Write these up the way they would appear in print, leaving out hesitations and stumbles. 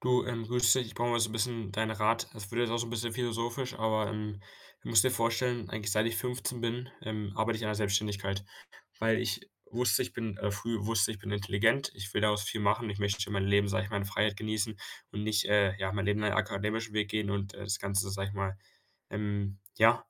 Du, grüß dich. Ich brauche mal so ein bisschen deinen Rat. Das wird jetzt auch so ein bisschen philosophisch, aber, du musst dir vorstellen, eigentlich seit ich 15 bin, arbeite ich an der Selbstständigkeit, weil ich wusste, ich bin früh wusste, ich bin intelligent, ich will daraus viel machen, ich möchte mein Leben, sage ich meine Freiheit genießen und nicht, ja, mein Leben lang akademischen Weg gehen und, das Ganze, sage ich mal, ähm, ja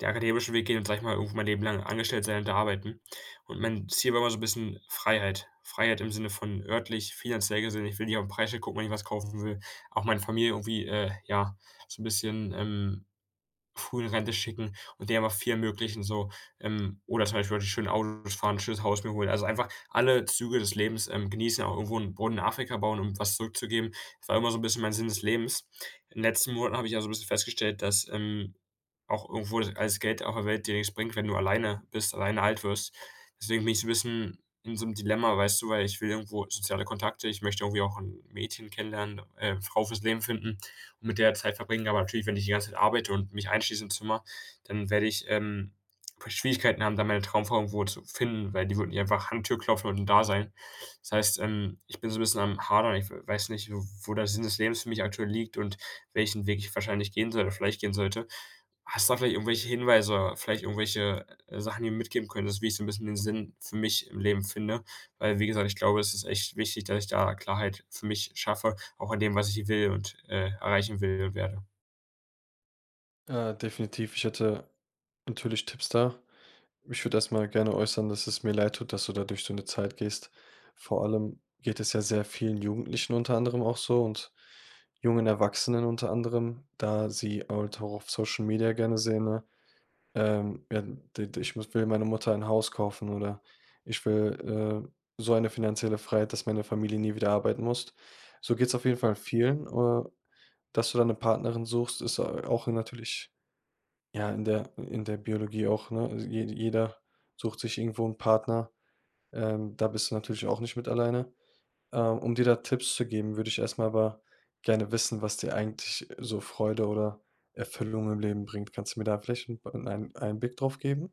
der akademische Weg geht und sage ich mal, irgendwo mein Leben lang angestellt sein und da arbeiten. Und mein Ziel war immer so 'n bisschen Freiheit. Freiheit im Sinne von örtlich, finanziell gesehen. Ich will nicht auf 'n Preisschild gucken, wenn ich was kaufen will. Auch meine Familie irgendwie, ja, so 'n bisschen, früh in Rente schicken und denen einfach viel ermöglichen so, oder zum Beispiel schön Autos fahren, schönes Haus mir holen. Also, einfach alle Züge des Lebens, genießen, auch irgendwo einen Boden in Afrika bauen, um was zurückzugeben. Das war immer so ein bisschen mein Sinn des Lebens. In den letzten Monaten habe ich also ein bisschen festgestellt, dass, auch irgendwo das alles Geld auf der Welt dir nichts bringt, wenn du alleine bist, alleine alt wirst. Deswegen bin ich so ein bisschen in so einem Dilemma, weißt du, weil ich will irgendwo soziale Kontakte, ich möchte irgendwie auch ein Mädchen kennenlernen, Frau fürs Leben finden und mit der Zeit verbringen. Aber natürlich, wenn ich die ganze Zeit arbeite und mich einschließe im Zimmer, dann werde ich, Schwierigkeiten haben, da meine Traumfrau irgendwo zu finden, weil die wird nicht einfach an die Tür klopfen und da sein. Das heißt, ich bin so ein bisschen am Hadern. Ich weiß nicht, wo der Sinn des Lebens für mich aktuell liegt und welchen Weg ich wahrscheinlich gehen sollte oder vielleicht gehen sollte. Hast du da vielleicht irgendwelche Hinweise, vielleicht irgendwelche, Sachen, die du mir mitgeben könntest, wie ich so ein bisschen den Sinn für mich im Leben finde? Weil, wie gesagt, ich glaube, es ist echt wichtig, dass ich da Klarheit für mich schaffe, auch in dem, was ich will und, erreichen will und werde. Definitiv. Ich hätte natürlich Tipps da. Ich würde erstmal gerne äußern, dass es mir leid tut, dass du da durch so eine Zeit gehst. Vor allem geht es ja sehr vielen Jugendlichen unter anderem auch so und jungen Erwachsenen unter anderem, da sie halt auch auf Social Media gerne sehen, ne, ja, d d ich muss will meine Mutter ein Haus kaufen oder ich will, so eine finanzielle Freiheit, dass meine Familie nie wieder arbeiten muss. So geht es auf jeden Fall vielen. Dass du da 'ne Partnerin suchst, ist, auch natürlich ja, in der Biologie auch, ne? Also jeder sucht sich irgendwo einen Partner. Da bist du natürlich auch nicht mit alleine. Um dir da Tipps zu geben, würde ich erstmal aber gerne wissen, was dir eigentlich so Freude oder Erfüllung im Leben bringt. Kannst du mir da vielleicht 'n b 'n einen Einblick drauf geben?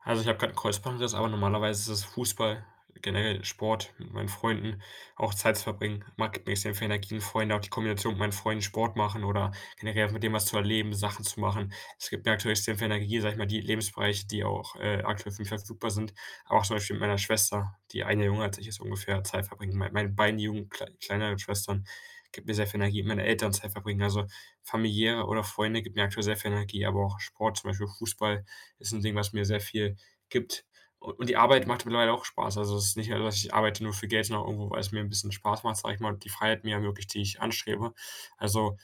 Also, ich habe grad 'n Kreuzbandriss, aber normalerweise ist es Fußball, generell Sport mit meinen Freunden, auch Zeit zu verbringen. Mag gibt mir extrem viel Energie, und Freunde, auch die Kombination mit meinen Freunden Sport machen oder generell mit dem was zu erleben, Sachen zu machen. Es gibt mir aktuell extrem viel Energie, sage ich mal, die Lebensbereiche, die auch, aktuell für mich verfügbar sind, aber auch zum Beispiel mit meiner Schwester, die eine jünger als ich ist ungefähr, Zeit verbringen. Meine beiden jungen kleineren Schwestern gibt mir sehr viel Energie, mit meinen Eltern Zeit verbringen. Also, familiäre oder Freunde gibt mir aktuell sehr viel Energie, aber auch Sport, zum Beispiel Fußball ist ein Ding, was mir sehr viel gibt. U und die Arbeit macht mittlerweile auch Spaß. Also, es ist nicht, dass ich arbeite nur für Geld, sondern auch irgendwo, weil's mir 'n bisschen Spaß macht, sage ich mal, und die Freiheit mir ermöglicht, die ich anstrebe. Also,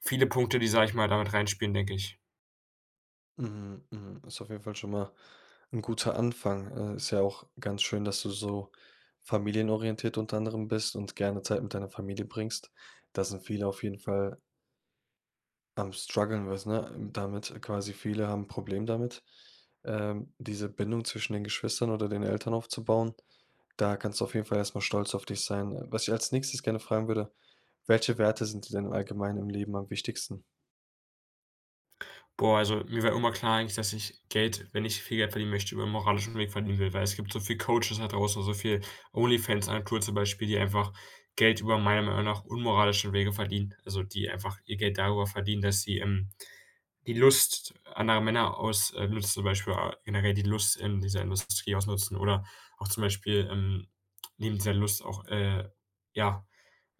viele Punkte, die, sage ich mal, damit reinspielen, denke ich. Mhm, mhm. Ist auf jeden Fall schon mal ein guter Anfang. Ist ja auch ganz schön, dass du so familienorientiert unter anderem bist und gerne Zeit mit deiner Familie bringst. Da sind viele auf jeden Fall am struggeln, was, ne? Damit quasi viele haben 'n Problem damit, diese Bindung zwischen den Geschwistern oder den Eltern aufzubauen. Da kannst du auf jeden Fall erstmal stolz auf dich sein. Was ich als Nächstes gerne fragen würde: Welche Werte sind dir denn allgemein im Leben am wichtigsten? Boah, also, mir war immer klar eigentlich, dass ich Geld, wenn ich viel Geld verdienen möchte, über 'n moralischen Weg verdienen will, weil es gibt so viel Coaches da draußen, so viel Onlyfans-Agenturen zum Beispiel, die einfach Geld über meiner Meinung nach unmoralischen Wege verdienen. Also, die einfach ihr Geld darüber verdienen, dass sie, die Lust anderer Männer ausnutzt, zum Beispiel a generell die Lust in dieser Industrie ausnutzen oder auch zum Beispiel, neben dieser Lust auch, ja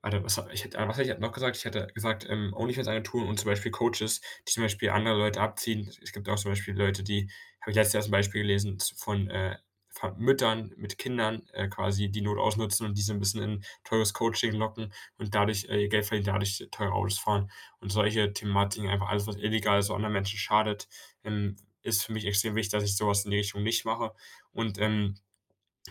warte, was hätte ich noch gesagt? Ich hätte gesagt, OnlyFans-Agenturen und zum Beispiel Coaches, die zum Beispiel andere Leute abziehen. Es gibt auch zum Beispiel Leute, die habe ich letztens erst 'n Beispiel gelesen z von, Fa Müttern mit Kindern, quasi die Not ausnutzen und diese ein bisschen in teures Coaching locken und dadurch, ihr Geld verdienen, dadurch teure Autos fahren und solche Thematiken. Einfach alles, was illegal so anderen Menschen schadet, ähm, ist für mich extrem wichtig, dass ich sowas in die Richtung nicht mache und,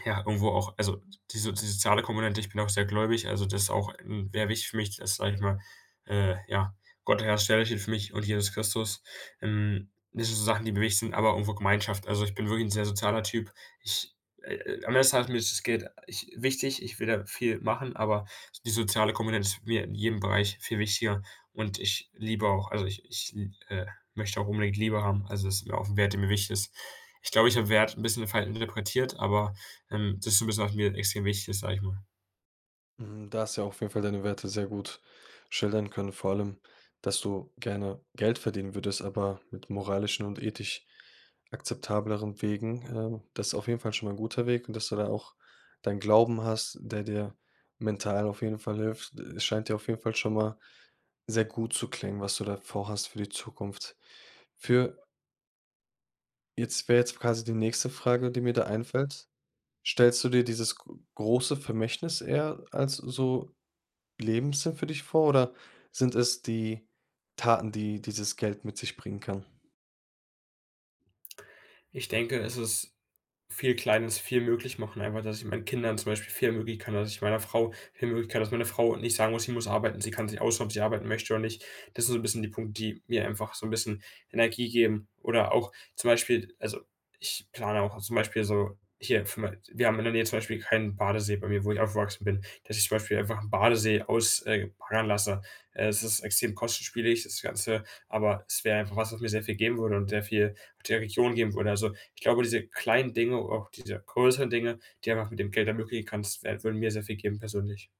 ja, irgendwo auch also die soziale Komponente, ich bin auch sehr gläubig, also das ist auch, sehr wichtig für mich, dass, sage ich mal, ja, Gott, der Hersteller steht für mich und Jesus Christus. Das sind so Sachen, die mir wichtig sind, aber irgendwo Gemeinschaft. Also, ich bin wirklich 'n sehr sozialer Typ. Ich am Ende des Tages mir ist das Geld ich wichtig, ich will da viel machen, aber die soziale Komponente ist mir in jedem Bereich viel wichtiger und ich liebe auch, also ich äh, möchte auch unbedingt Liebe haben. Also, das ist mir auch ein Wert, der mir wichtig ist. Ich glaube, ich habe Wert ein bisschen falsch interpretiert, aber das ist so 'n bisschen, was mir extrem wichtig ist, sage ich mal. Mhm, da hast du ja auf jeden Fall deine Werte sehr gut schildern können, vor allem, dass du gerne Geld verdienen würdest, aber mit moralischen und ethisch akzeptableren Wegen. Das ist auf jeden Fall schon mal ein guter Weg, und dass du da auch deinen Glauben hast, der dir mental auf jeden Fall hilft. Es scheint dir auf jeden Fall schon mal sehr gut zu klingen, was du da vorhast für die Zukunft. Für jetzt wäre jetzt quasi die nächste Frage, die mir da einfällt. Stellst du dir dieses g große Vermächtnis eher als so Lebenssinn für dich vor, oder sind es die Taten, die dieses Geld mit sich bringen kann? Ich denke, es ist viel Kleines viel möglich machen, einfach, dass ich meinen Kindern zum Beispiel viel ermöglichen kann, dass ich meiner Frau viel ermöglichen kann, dass meine Frau nicht sagen muss, sie muss arbeiten, sie kann sich aussuchen, ob sie arbeiten möchte oder nicht. Das sind so ein bisschen die Punkte, die mir einfach so ein bisschen Energie geben. Oder auch zum Beispiel, also, ich plane auch zum Beispiel so hier für mein, wir haben in der Nähe zum Beispiel keinen Badesee bei mir, wo ich aufgewachsen bin, dass ich zum Beispiel einfach einen Badesee aus baggern lasse. Es ist extrem kostenspielig, das Ganze, aber es wäre einfach was, was mir sehr viel geben würde und sehr viel der Region geben würde. Also, ich glaube, diese kleinen Dinge, auch diese größeren Dinge, die einfach mit dem Geld ermöglichen kannst, wär würden mir sehr viel geben persönlich.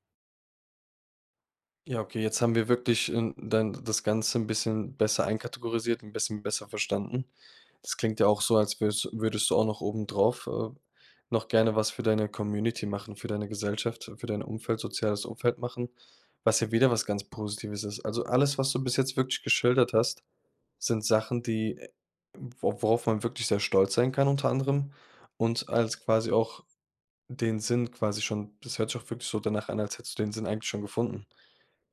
Ja, okay, jetzt haben wir wirklich, dann das Ganze ein bisschen besser einkategorisiert, ein bisschen besser verstanden. Das klingt ja auch so, als würdest du auch noch obendrauf, noch gerne was für deine Community machen, für deine Gesellschaft, für dein Umfeld, soziales Umfeld machen, was ja wieder was ganz Positives ist. Also, alles, was du bis jetzt wirklich geschildert hast, sind Sachen, die, wo worauf man wirklich sehr stolz sein kann unter anderem, und als quasi auch den Sinn quasi schon, das hört sich auch wirklich so danach an, als hättest du den Sinn eigentlich schon gefunden.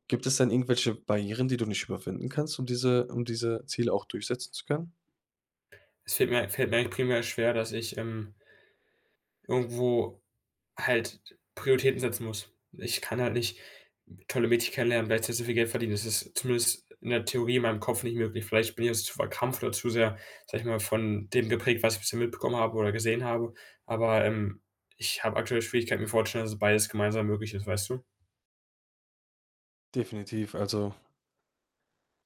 Gibt es denn irgendwelche Barrieren, die du nicht überwinden kannst, um diese Ziele auch durchsetzen zu können? Es fällt mir Fällt mir eigentlich primär schwer, dass ich, irgendwo halt Prioritäten setzen muss. Ich kann halt nicht tolle Mädchen kennenlernen, gleichzeitig so viel Geld verdienen. Das ist zumindest in der Theorie in meinem Kopf nicht möglich. Vielleicht bin ich jetzt zu verkrampft oder zu sehr, sage ich mal, von dem geprägt, was ich bisher mitbekommen habe oder gesehen habe. Aber, ich habe aktuell Schwierigkeiten, mir vorzustellen, dass beides gemeinsam möglich ist, weißt du? Definitiv, also,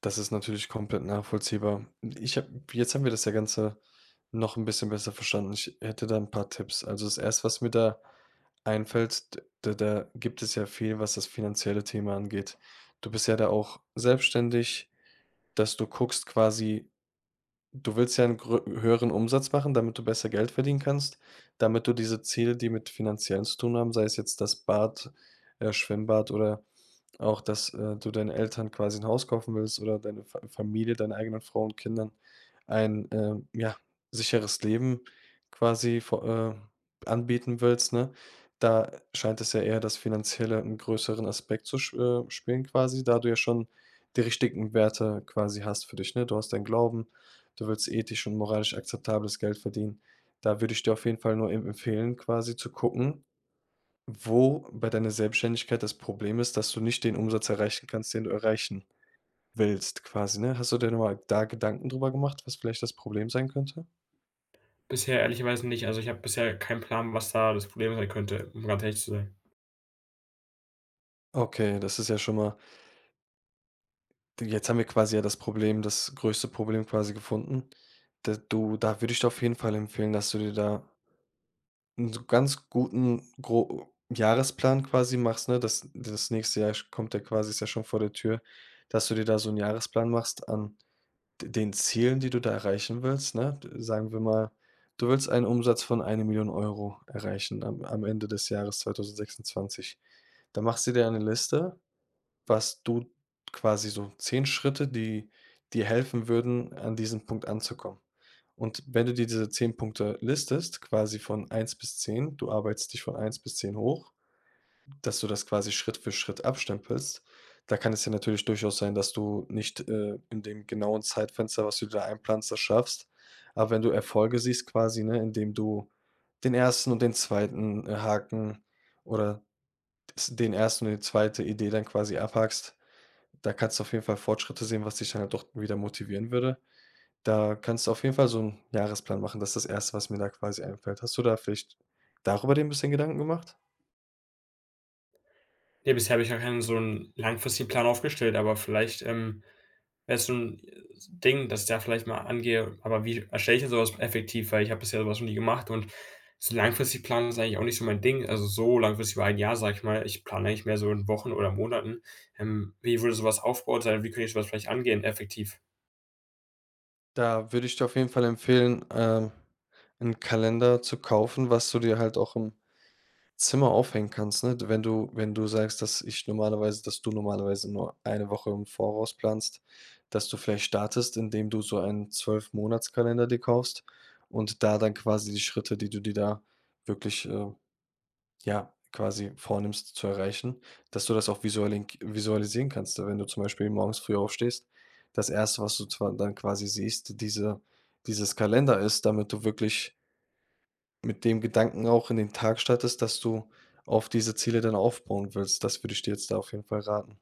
das ist natürlich komplett nachvollziehbar. Ich habe jetzt haben wir das ja Ganze noch ein bisschen besser verstanden. Ich hätte da ein paar Tipps. Also, das erste, was mir da einfällt, d da da gibt es ja viel, was das finanzielle Thema angeht. Du bist ja da auch selbstständig, dass du guckst quasi. Du willst ja einen grö höheren Umsatz machen, damit du besser Geld verdienen kannst, damit du diese Ziele, die mit Finanziellen zu tun haben, sei es jetzt das Bad, Schwimmbad, oder auch, dass, du deinen Eltern quasi ein Haus kaufen willst oder deine Fa Familie, deine eigenen Frau und Kindern ein, ja, sicheres Leben quasi vo anbieten willst, ne? Da scheint es ja eher das Finanzielle 'n größeren Aspekt zu sch spielen quasi, da du ja schon die richtigen Werte quasi hast für dich, ne? Du hast deinen Glauben, du willst ethisch und moralisch akzeptables Geld verdienen. Da würde ich dir auf jeden Fall nur empfehlen, quasi zu gucken, wo bei deiner Selbstständigkeit das Problem ist, dass du nicht den Umsatz erreichen kannst, den du erreichen willst quasi, ne? Hast du dir mal da Gedanken drüber gemacht, was vielleicht das Problem sein könnte? Bisher ehrlicherweise nicht. Also, ich habe bisher keinen Plan, was da das Problem sein könnte, um ganz ehrlich zu sein. Okay, das ist ja schon mal, jetzt haben wir quasi ja das Problem, das größte Problem quasi gefunden. Da würde ich dir auf jeden Fall empfehlen, dass du dir da einen so ganz guten gro Jahresplan quasi machst, ne? Das das nächste Jahr kommt ja quasi, ist ja schon vor der Tür, dass du dir da so einen Jahresplan machst an d den Zielen, die du da erreichen willst, ne? D Sagen wir mal, du willst einen Umsatz von 1.000.000 Euro erreichen am Ende des Jahres 2026. Da machst du dir eine Liste, was du quasi so 10 Schritte, die dir helfen würden, an diesem Punkt anzukommen. Und wenn du dir diese 10 Punkte listest, quasi von eins bis 10, du arbeitest dich von eins bis 10 hoch, dass du das quasi Schritt für Schritt abstempelst. Da kann es ja natürlich durchaus sein, dass du nicht, in dem genauen Zeitfenster, was du dir da einplanst, das schaffst. Aber wenn du Erfolge siehst quasi, ne, indem du den ersten und den 2. Haken oder s den ersten und die zweite Idee dann quasi abhakst, da kannst du auf jeden Fall Fortschritte sehen, was dich dann halt doch wieder motivieren würde. Da kannst du auf jeden Fall so einen Jahresplan machen. Das ist das erste, was mir da quasi einfällt. Hast du da vielleicht darüber dir 'n bisschen Gedanken gemacht? Ne, bisher habe ich gar keinen so 'n langfristigen Plan aufgestellt, aber vielleicht, wäre es so 'n Ding, dass ich da vielleicht mal angehe. Aber wie erstelle ich denn so was effektiv? Weil ich habe bisher so was noch nie gemacht und so langfristig planen ist eigentlich auch nicht so mein Ding. Also, so langfristig über ein Jahr, sage ich mal. Ich plane eigentlich mehr so in Wochen oder Monaten. Wie würde so was aufgebaut sein? Wie könnte ich so was vielleicht angehen effektiv? Da würde ich dir auf jeden Fall empfehlen, 'n Kalender zu kaufen, was du dir halt auch im Zimmer aufhängen kannst, ne? Wenn du sagst, dass du normalerweise nur eine Woche im Voraus planst, dass du vielleicht startest, indem du so einen 12 Monatskalender dir kaufst und da dann quasi die Schritte, die du dir da wirklich, ja, quasi vornimmst zu erreichen, dass du das auch visuell visualisieren kannst. Wenn du zum Beispiel morgens früh aufstehst, das erste was du zwar dann quasi siehst, dieses Kalender ist, damit du wirklich mit dem Gedanken auch in den Tag startest, dass du auf diese Ziele dann aufbauen willst. Das würde ich dir jetzt da auf jeden Fall raten.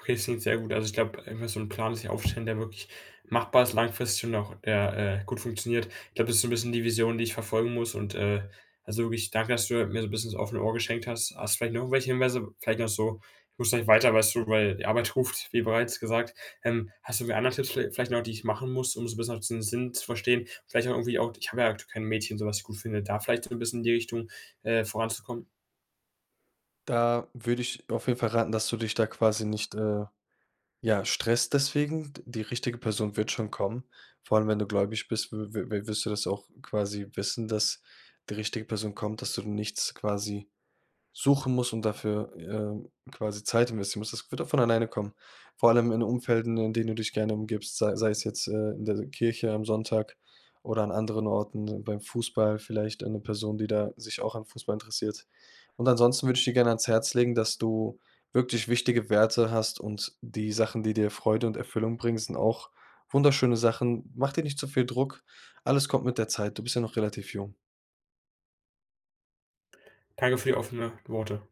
Okay, das klingt sehr gut. Also, ich glaube, einfach so 'n Plan sich aufstellen, der wirklich machbar ist, langfristig und auch der, gut funktioniert. Ich glaube, das ist so ein bisschen die Vision, die ich verfolgen muss und, also wirklich danke, dass du mir so ein bisschen das offene Ohr geschenkt hast. Hast du vielleicht noch irgendwelche Hinweise? Vielleicht noch so: „Ich muss gleich weiter, weißt du, weil die Arbeit ruft“, wie bereits gesagt. Hast du irgendwie andere Tipps vielleicht noch, die ich machen muss, um so ein bisschen auch den Sinn zu verstehen? Vielleicht auch irgendwie auch, ich habe ja aktuell kein Mädchen, so was ich gut finde, da vielleicht so ein bisschen in die Richtung, voranzukommen? Da würde ich auf jeden Fall raten, dass du dich da quasi nicht, ja, Stress deswegen, die richtige Person wird schon kommen. Vor allem, wenn du gläubig bist, w w wirst du das auch quasi wissen, dass die richtige Person kommt, dass du nichts quasi suchen muss und dafür, quasi Zeit investieren musst. Das wird doch von alleine kommen. Vor allem in Umfelden, in denen du dich gerne umgibst, sei es jetzt, in der Kirche am Sonntag oder an anderen Orten, beim Fußball vielleicht eine Person, die da sich auch an Fußball interessiert. Und ansonsten würde ich dir gerne ans Herz legen, dass du wirklich wichtige Werte hast und die Sachen, die dir Freude und Erfüllung bringen, sind auch wunderschöne Sachen. Mach dir nicht zu viel Druck. Alles kommt mit der Zeit. Du bist ja noch relativ jung. Danke für die offenen Worte.